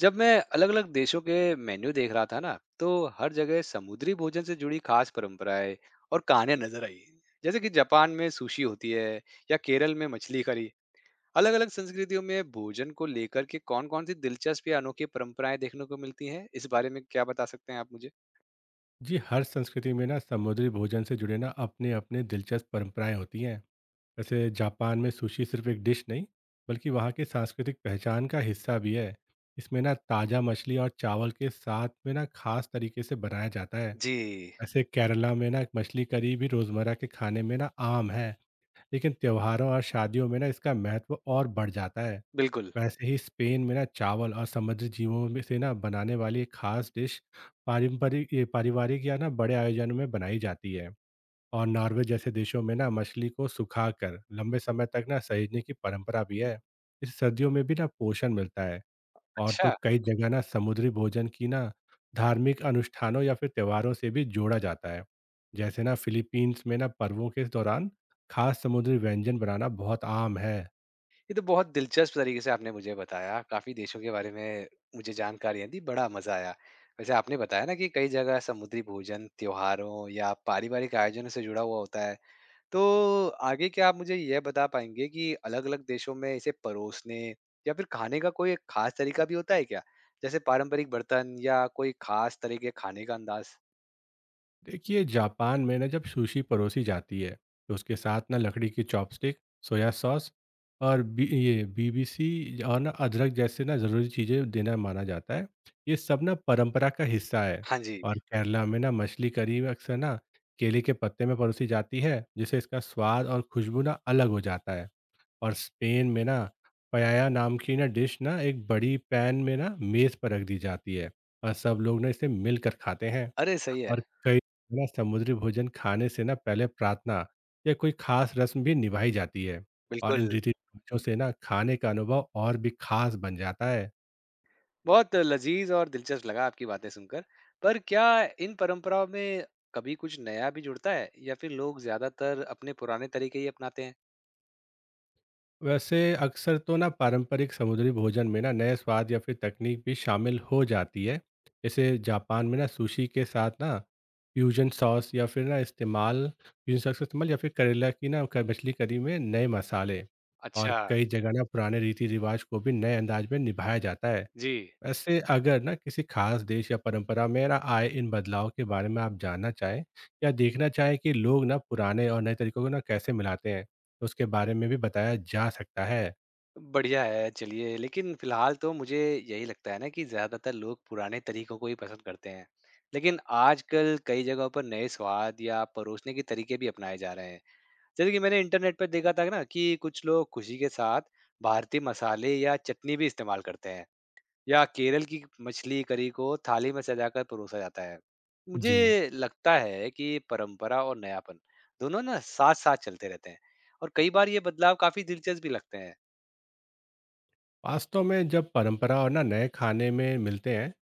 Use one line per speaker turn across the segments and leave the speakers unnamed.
जब मैं अलग अलग देशों के मेन्यू देख रहा था ना तो हर जगह समुद्री भोजन से जुड़ी खास परंपराएं और कहानियां नजर आई। जैसे कि जापान में सुशी होती है या केरल में मछली करी। अलग अलग संस्कृतियों में भोजन को लेकर के कौन कौन सी दिलचस्प या अनोखी परंपराएं देखने को मिलती हैं, इस बारे में क्या बता सकते हैं आप मुझे?
जी, हर संस्कृति में ना समुद्री भोजन से जुड़े ना अपने अपने दिलचस्प परंपराएं होती हैं। वैसे जापान में सुशी सिर्फ एक डिश नहीं, बल्कि वहाँ की सांस्कृतिक पहचान का हिस्सा भी है। इसमें ना ताज़ा मछली और चावल के साथ में ना खास तरीके से बनाया जाता है।
जी।
वैसे केरला में ना मछली करी भी रोज़मर्रा के खाने में ना आम है, लेकिन त्योहारों और शादियों में ना इसका महत्व और बढ़ जाता है।
बिल्कुल।
वैसे ही स्पेन में ना चावल और समुद्री जीवों में से ना बनाने वाली एक खास डिश पारंपरिक ये पारिवारिक या ना बड़े आयोजन में बनाई जाती है। और नॉर्वे जैसे देशों में ना मछली को सुखाकर लंबे समय तक ना सहेजने की परंपरा भी है। इस सर्दियों में भी ना पोषण मिलता है। और तो
अच्छा।
कई जगह ना समुद्री भोजन की ना धार्मिक अनुष्ठानों या फिर त्योहारों से भी जोड़ा जाता है। जैसे ना फिलीपींस में ना पर्वों के दौरान खास समुद्री व्यंजन बनाना बहुत आम है।
ये तो बहुत दिलचस्प तरीके से आपने मुझे बताया। काफ़ी देशों के बारे में मुझे जानकारियाँ दी, बड़ा मज़ा आया। वैसे आपने बताया ना कि कई जगह समुद्री भोजन, त्योहारों या पारिवारिक आयोजनों से जुड़ा हुआ होता है। तो आगे क्या आप मुझे यह बता पाएँगे कि अलग-अलग देशों में इसे परोसने या फिर खाने का कोई एक ख़ास तरीका भी होता है क्या? जैसे पारंपरिक बर्तन या कोई ख़ास तरह के खाने का अंदाज़?
देखिए, जापान में ना जब सुशी परोसी जाती है, तो उसके साथ ना लकड़ी की चॉपस्टिक, सोया सॉस, और बी ये बीबीसी और ना अदरक जैसे ना ज़रूरी चीज़ें देना माना जाता है। ये सब ना परंपरा का हिस्सा है।
हाँ जी।
और केरला में ना मछली करी अक्सर ना केले के पत्ते में परोसी जाती है, जिससे इसका स्वाद और खुशबू ना अलग हो जाता है। और स्पेन में ना पयाया नाम की ना डिश ना एक बड़ी पैन में ना मेज़ पर रख दी जाती है और सब लोग ना इसे मिलकर खाते हैं।
अरे! सही है।
और कई ना समुद्री भोजन खाने से ना पहले प्रार्थना या कोई खास रस्म भी निभाई जाती है। और इन
बिल्कुल।
रीति रिवाजों से ना खाने का अनुभव और भी खास बन जाता है।
बहुत लजीज और दिलचस्प लगा आपकी बातें सुनकर। पर क्या इन परंपराओं में कभी कुछ नया भी जुड़ता है या फिर लोग ज़्यादातर अपने पुराने तरीके ही अपनाते हैं?
वैसे अक्सर तो ना पारंपरिक समुद्री भोजन में ना नए स्वाद या फिर तकनीक भी शामिल हो जाती है। जैसे जापान में ना सुशी के साथ ना फ्यूजन सॉस या फिर ना इस्तेमाल फ्यूजन सॉस का इस्तेमाल, या फिर करेला की ना मछली करी में नए मसाले। और
अच्छा,
कई जगह ना पुराने रीति रिवाज को भी नए अंदाज में निभाया जाता है।
जी।
वैसे अगर ना किसी खास देश या परंपरा में ना आए इन बदलाव के बारे में आप जानना चाहें, या देखना चाहें कि लोग ना पुराने और नए तरीकों को ना कैसे मिलाते हैं, तो उसके बारे में भी बताया जा सकता है।
बढ़िया है, चलिए, लेकिन फ़िलहाल तो मुझे यही लगता है ना कि ज़्यादातर लोग पुराने तरीकों को ही पसंद करते हैं। लेकिन आजकल कई जगहों पर नए स्वाद या परोसने के तरीके भी अपनाए जा रहे हैं। जैसे कि मैंने इंटरनेट पर देखा था ना कि कुछ लोग खुशी के साथ भारतीय मसाले या चटनी भी इस्तेमाल करते हैं। या केरल की मछली करी को थाली में सजाकर परोसा जाता है।
जी।
मुझे लगता है कि परंपरा और नयापन दोनों ना साथ-साथ चलते रहते हैं और कई बार ये बदलाव काफ़ी दिलचस्प भी लगते हैं।
वास्तव में जब परंपरा और ना नए खाने में मिलते हैं,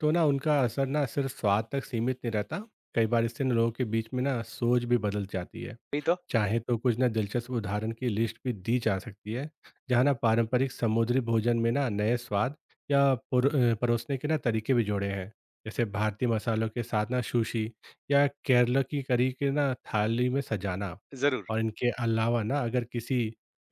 तो ना उनका असर ना सिर्फ स्वाद तक सीमित नहीं रहता। कई बार इससे ना लोगों के बीच में ना सोच भी बदल जाती है।
वही तो।
चाहे तो कुछ ना दिलचस्प उदाहरण की लिस्ट भी दी जा सकती है, जहाँ ना पारंपरिक समुद्री भोजन में ना नए स्वाद या परोसने के ना तरीके भी जोड़े हैं। जैसे भारतीय मसालों के साथ ना सुशी, या केरला की करी के ना थाली में सजाना।
ज़रूर।
और इनके अलावा ना अगर किसी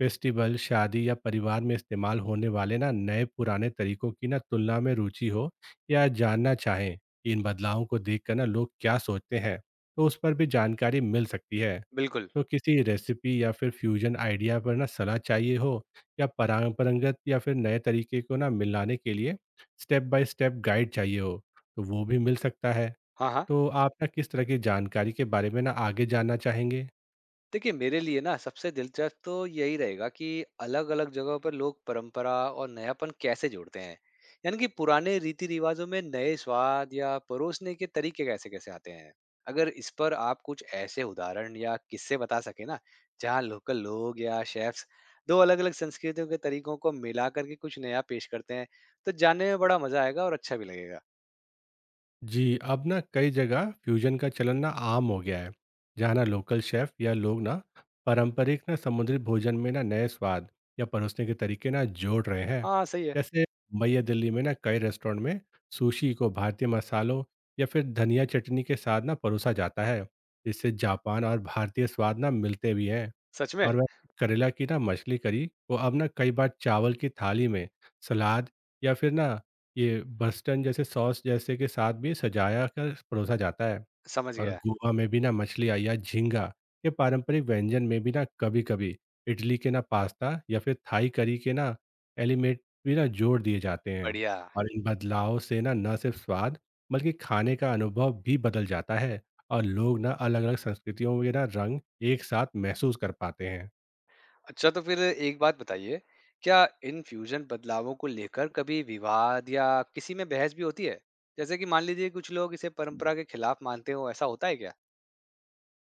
फेस्टिवल, शादी या परिवार में इस्तेमाल होने वाले ना नए पुराने तरीकों की ना तुलना में रुचि हो, या जानना चाहें कि इन बदलावों को देखकर ना लोग क्या सोचते हैं, तो उस पर भी जानकारी मिल सकती है।
बिल्कुल।
तो किसी रेसिपी या फिर फ्यूजन आइडिया पर ना सलाह चाहिए हो, या परंपरागत या फिर नए तरीके को ना मिलाने के लिए स्टेप बाय स्टेप गाइड चाहिए हो, तो वो भी मिल सकता है।
हाँ, हाँ।
तो आप ना किस तरह की जानकारी के बारे में ना आगे जानना चाहेंगे?
देखिए, मेरे लिए ना सबसे दिलचस्प तो यही रहेगा कि अलग अलग जगहों पर लोग परंपरा और नयापन कैसे जोड़ते हैं। यानी कि पुराने रीति रिवाजों में नए स्वाद या परोसने के तरीके कैसे कैसे आते हैं। अगर इस पर आप कुछ ऐसे उदाहरण या किस्से बता सके ना, जहाँ लोकल लोग या शेफ्स दो अलग अलग संस्कृतियों के तरीकों को मिला करके कुछ नया पेश करते हैं, तो जानने में बड़ा मजा आएगा और अच्छा भी लगेगा।
जी, अब ना कई जगह फ्यूजन का चलन ना आम हो गया है, जहाँ ना लोकल शेफ या लोग ना पारंपरिक ना समुद्री भोजन में ना नए स्वाद या परोसने के तरीके ना जोड़ रहे हैं।
हाँ, सही है।
जैसे मुंबई या दिल्ली में ना कई रेस्टोरेंट में सुशी को भारतीय मसालों या फिर धनिया चटनी के साथ ना परोसा जाता है, इससे जापान और भारतीय स्वाद ना मिलते भी हैं।
सच में।
और वह करेला की ना मछली करी वो अब ना कई बार चावल की थाली में, सलाद या फिर ना ये बस्टन जैसे सॉस जैसे के साथ भी सजाया कर परोसा जाता है।
समझ
और
गया।
गोवा में भी ना मछली या झींगा के पारंपरिक व्यंजन में भी ना कभी कभी इडली के ना पास्ता या फिर थाई करी के ना एलिमेंट भी ना जोड़ दिए जाते हैं।
बढ़िया।
और इन बदलाव से ना न सिर्फ स्वाद, बल्कि खाने का अनुभव भी बदल जाता है और लोग ना अलग अलग संस्कृतियों के ना रंग एक साथ महसूस कर पाते हैं।
अच्छा, तो फिर एक बात बताइए, क्या इन फ्यूजन बदलावों को लेकर कभी विवाद या किसी में बहस भी होती है? जैसे कि मान लीजिए कुछ लोग इसे परंपरा के खिलाफ मानते हो, ऐसा होता है क्या?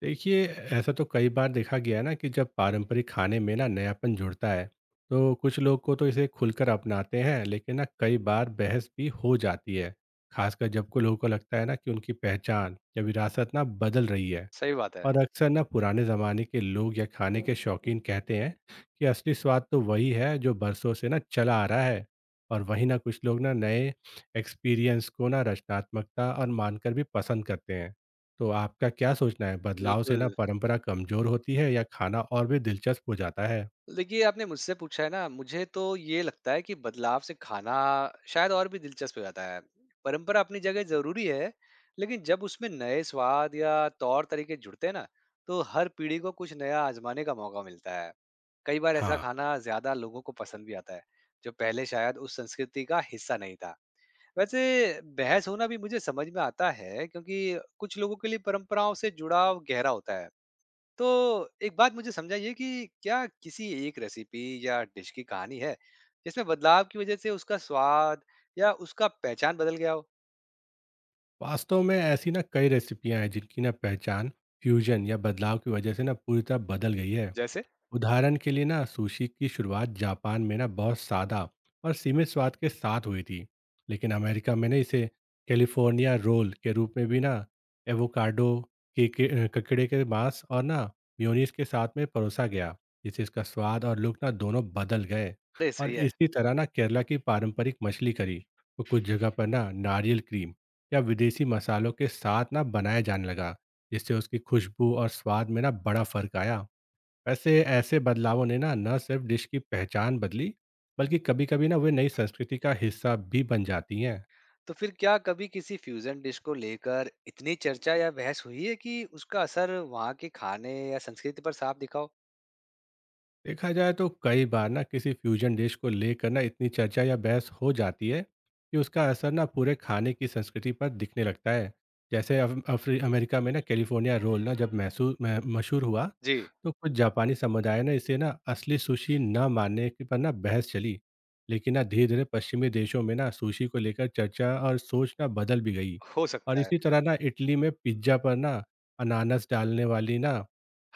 देखिए, ऐसा तो कई बार देखा गया है ना कि जब पारंपरिक खाने में ना नयापन जुड़ता है, तो कुछ लोग को तो इसे खुलकर अपनाते हैं, लेकिन ना कई बार बहस भी हो जाती है। खासकर जब को लोगों को लगता है ना कि उनकी पहचान या विरासत ना बदल रही है।
सही बात है।
और अक्सर ना पुराने ज़माने के लोग या खाने के शौकीन कहते हैं कि असली स्वाद तो वही है जो बरसों से ना चला आ रहा है। और वहीं ना कुछ लोग ना नए एक्सपीरियंस को ना रचनात्मकता और मानकर भी पसंद करते हैं। तो आपका क्या सोचना है, बदलाव से
बिल्कुल।
ना परंपरा कमज़ोर होती है या खाना और भी दिलचस्प हो जाता है?
देखिए, आपने मुझसे पूछा है ना, मुझे तो ये लगता है कि बदलाव से खाना शायद और भी दिलचस्प हो जाता है। परंपरा अपनी जगह ज़रूरी है, लेकिन जब उसमें नए स्वाद या तौर-तरीके जुड़ते हैं ना, तो हर पीढ़ी को कुछ नया आज़माने का मौका मिलता है। कई बार ऐसा
हाँ।
खाना ज़्यादा लोगों को पसंद भी आता है, जो पहले शायद उस संस्कृति का हिस्सा नहीं था। वैसे बहस होना भी मुझे समझ में आता है, क्योंकि कुछ लोगों के लिए परंपराओं से जुड़ाव गहरा होता है। तो एक बात मुझे समझाइए कि क्या किसी एक रेसिपी या डिश की कहानी है जिसमें बदलाव की वजह से उसका स्वाद या उसका पहचान बदल गया हो?
वास्तव में ऐसी ना कई रेसिपियां हैं जिनकी ना पहचान फ्यूजन या बदलाव की वजह से ना पूरी तरह बदल गई है।
जैसे?
उदाहरण के लिए ना सुशी की शुरुआत जापान में ना बहुत सादा और सीमित स्वाद के साथ हुई थी, लेकिन अमेरिका में ना इसे कैलिफोर्निया रोल के रूप में भी ना एवोकाडो, ककड़े के मांस और ना म्योनीस के साथ में परोसा गया, जिससे इसका स्वाद और लुक ना दोनों बदल गए।
अरे
और
सही है।
इसी तरह ना केरला की पारंपरिक मछली करी को कुछ जगह पर ना नारियल क्रीम या विदेशी मसालों के साथ ना बनाया जाने लगा, जिससे उसकी खुशबू और स्वाद में ना बड़ा फर्क आया। वैसे ऐसे बदलावों ने ना न सिर्फ डिश की पहचान बदली, बल्कि कभी-कभी ना वे नई संस्कृति का हिस्सा भी बन जाती हैं।
तो फिर क्या कभी किसी फ्यूजन डिश को लेकर इतनी चर्चा या बहस हुई है कि उसका असर वहाँ के खाने या संस्कृति पर साफ दिखा हो?
देखा जाए तो कई बार ना किसी फ्यूजन डिश को लेकर ना इतनी चर्चा या बहस हो जाती है कि उसका असर ना पूरे खाने की संस्कृति पर दिखने लगता है। जैसे अफ- अफ्री अमेरिका में ना कैलिफोर्निया रोल ना जब मशहूर हुआ,
जी।
तो कुछ जापानी समुदाय ने इसे ना असली सुशी न मानने के पर ना बहस चली, लेकिन ना धीरे धीरे पश्चिमी देशों में ना सुशी को लेकर चर्चा और सोच ना बदल भी गई।
हो
और
सकता है
इसी
होता
तरह ना इटली में पिज्जा पर ना अनानास डालने वाली ना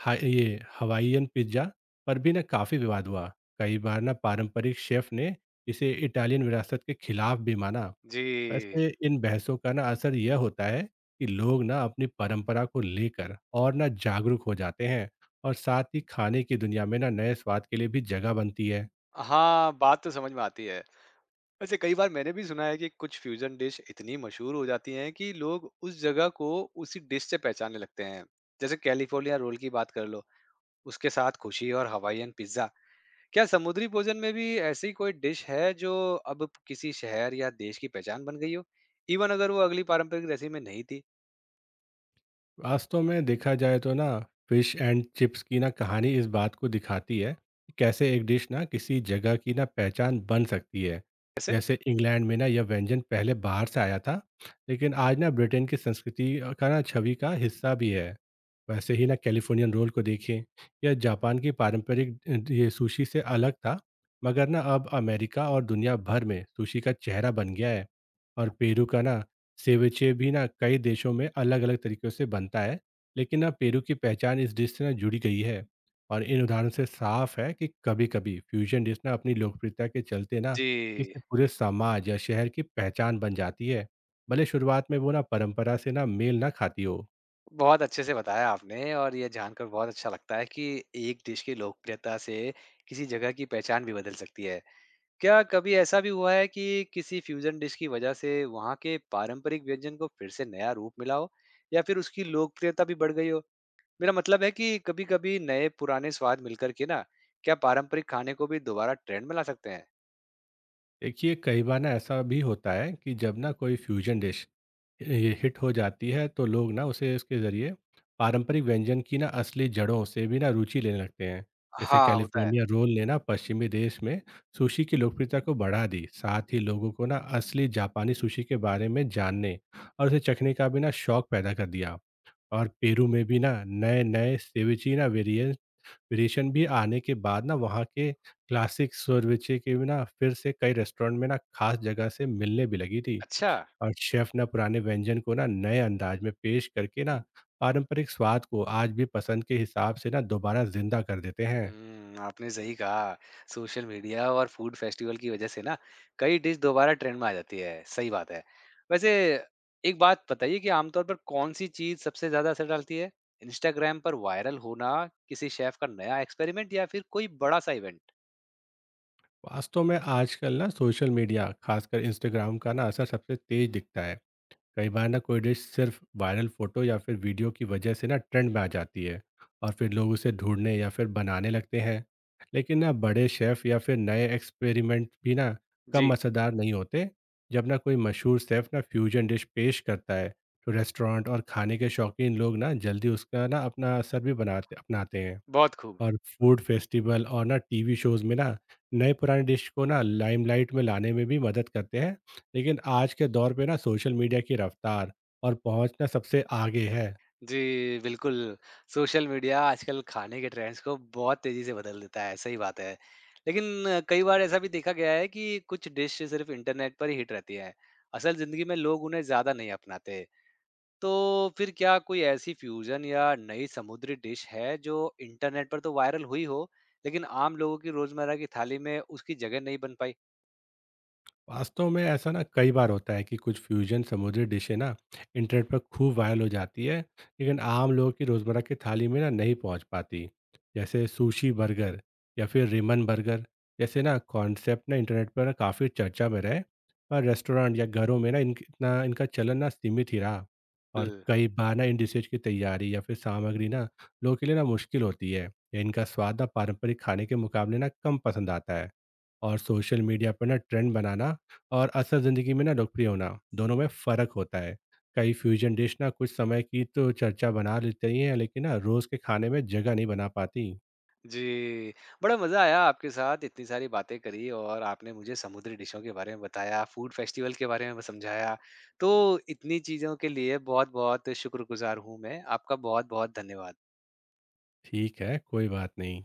हा- ये हवाईयन पिज्जा पर भी ना काफ़ी विवाद हुआ। कई बार ना पारंपरिक शेफ़ ने इसे इटालियन विरासत के खिलाफ भी माना।
है। जी।
वैसे इन बहसों का ना असर यह होता है कि लोग ना अपनी परंपरा को लेकर और ना जागरूक हो जाते हैं, और साथ ही खाने की दुनिया में ना नए स्वाद के लिए भी जगह बनती है।
हाँ, बात तो समझ में आती है। वैसे कई बार मैंने भी सुना है कि कुछ फ्यूजन डिश इतनी मशहूर हो जाती हैं कि लोग उस जगह को उसी डिश से पहचानने लगते हैं। जैसे कैलिफोर्निया रोल की बात कर लो, उसके साथ खुशी और हवाईयन पिज्जा। क्या समुद्री भोजन में भी ऐसी कोई डिश है जो अब किसी शहर या देश की पहचान बन गई हो, इवन अगर वो अगली पारंपरिक रेसिपी में नहीं थी?
वास्तव में देखा जाए तो ना फिश एंड चिप्स की ना कहानी इस बात को दिखाती है कि कैसे एक डिश ना किसी जगह की ना पहचान बन सकती है।
ऐसे?
जैसे इंग्लैंड में ना यह व्यंजन पहले बाहर से आया था, लेकिन आज ना ब्रिटेन की संस्कृति का ना छवि का हिस्सा भी है। वैसे ही ना कैलिफोर्नियन रोल को देखिए, यह जापान की पारंपरिक अ, ये सुशी से अलग था, मगर ना अब अमेरिका और दुनिया भर में सुशी का चेहरा बन गया है। और पेरू का ना सेविचे भी ना कई देशों में अलग अलग तरीक़ों से बनता है, लेकिन ना पेरू की पहचान इस डिश से ना जुड़ी गई है। और इन उदाहरणों से साफ़ है कि कभी-कभी फ्यूज़न डिश ना अपनी लोकप्रियता के चलते ना
जी।
किसी पूरे समाज या शहर की पहचान बन जाती है, भले शुरुआत में वो ना परंपरा से ना मेल ना खाती हो।
बहुत अच्छे से बताया आपने और ये जानकर बहुत अच्छा लगता है कि एक डिश की लोकप्रियता से किसी जगह की पहचान भी बदल सकती है। क्या कभी ऐसा भी हुआ है कि किसी फ्यूजन डिश की वजह से वहाँ के पारंपरिक व्यंजन को फिर से नया रूप मिला हो या फिर उसकी लोकप्रियता भी बढ़ गई हो? मेरा मतलब है कि कभी कभी नए पुराने स्वाद मिलकर के ना, क्या पारंपरिक खाने को भी दोबारा ट्रेंड में ला सकते हैं?
देखिए, कई बार ना ऐसा भी होता है कि जब ना कोई फ्यूजन डिश ये हिट हो जाती है, तो लोग ना उसे उसके जरिए पारंपरिक व्यंजन की ना असली जड़ों से भी ना रुचि लेने लगते हैं। जैसे
हाँ, होता है।
कैलिफोर्निया रोल ने ना पश्चिमी देश में सुशी की लोकप्रियता को बढ़ा दी, साथ ही लोगों को ना असली जापानी सुशी के बारे में जानने और उसे चखने का भी ना शौक पैदा कर दिया। और पेरू में भी ना नए नए सेविची ना वेरिएशन भी आने के बाद ना वहाँ के क्लासिक सोरविचे के भी ना फिर से कई रेस्टोरेंट में ना खास जगह से मिलने भी लगी थी।
अच्छा।
और शेफ ना पुराने व्यंजन को ना नए अंदाज में पेश करके ना पारंपरिक स्वाद को आज भी पसंद के हिसाब से ना दोबारा जिंदा कर देते हैं।
हुँ, आपने सही कहा। सोशल मीडिया और फूड फेस्टिवल की वजह से ना कई डिश दोबारा ट्रेंड में आ जाती है, सही बात है। वैसे एक बात बताइए कि आमतौर पर कौन-सी चीज़ सबसे ज़्यादा असर डालती है? इंस्टाग्राम पर वायरल होना, किसी शेफ़ का नया एक्सपेरिमेंट या फिर कोई बड़ा-सा इवेंट?
वास्तव में आजकल ना सोशल मीडिया, खासकर इंस्टाग्राम का ना असर सबसे तेज दिखता है। कई बार ना कोई डिश सिर्फ वायरल फोटो या फिर वीडियो की वजह से ना ट्रेंड में आ जाती है और फिर लोग उसे ढूंढने या फिर बनाने लगते हैं। लेकिन ना बड़े शेफ या फिर नए एक्सपेरिमेंट भी ना कम
जी,
असरदार नहीं होते। जब ना कोई मशहूर शेफ ना फ्यूजन डिश पेश करता है, तो रेस्टोरेंट और खाने के शौकीन लोग ना जल्दी उसका ना अपना असर भी बनाते अपनाते हैं।
बहुत खूब।
और फूड फेस्टिवल और ना टीवी शोज़ में ना नए पुराने डिश को ना लाइमलाइट में लाने में भी मदद करते हैं। लेकिन आज के दौर पे ना सोशल मीडिया की रफ्तार और पहुँच ना सबसे आगे है।
जी, बिल्कुल। सोशल मीडिया आजकल खाने के ट्रेंड्स को बहुत तेज़ी से बदल देता है, सही बात है। लेकिन कई बार ऐसा भी देखा गया है कि कुछ डिश सिर्फ़ इंटरनेट पर ही हिट रहती हैं। असल ज़िंदगी में लोग उन्हें ज़्यादा नहीं अपनाते। तो फिर क्या कोई ऐसी फ्यूज़न या नई समुद्री डिश है जो इंटरनेट पर तो वायरल हुई हो, लेकिन आम लोगों की रोज़मर्रा की थाली में उसकी जगह नहीं बन
वास्तव में ऐसा ना कई बार होता है कि कुछ फ्यूजन समुद्री डिशें ना इंटरनेट पर खूब वायरल हो जाती है, लेकिन आम लोगों की रोज़मर्रा की थाली में ना नहीं पहुंच पाती। जैसे सुशी बर्गर या फिर रिमन बर्गर जैसे ना कॉन्सेप्ट ना इंटरनेट पर ना काफ़ी चर्चा में रहे, पर रेस्टोरेंट या घरों में ना इन इतना इनका चलन ना सीमित ही रहा। और
पाई?
कई बार ना इन डिशेज की तैयारी या फिर सामग्री ना लोगों के लिए ना मुश्किल होती है, या इनका स्वाद ना पारंपरिक खाने के मुकाबले ना कम पसंद आता है। और सोशल मीडिया पर ना ट्रेंड बनाना और असल ज़िंदगी में ना लोकप्रिय होना, दोनों में फ़र्क होता है। कई फ्यूज़न डिश ना कुछ समय की तो चर्चा बना लेती हैं, लेकिन ना रोज़ के खाने में जगह नहीं बना पाती।
जी, बड़ा मज़ा आया आपके साथ। इतनी सारी बातें करी और आपने मुझे समुद्री डिशों के बारे में बताया, फूड फेस्टिवल के बारे में समझाया। तो इतनी चीज़ों के लिए बहुत-बहुत शुक्रगुज़ार हूँ मैं, आपका बहुत-बहुत धन्यवाद।
ठीक है, कोई बात नहीं।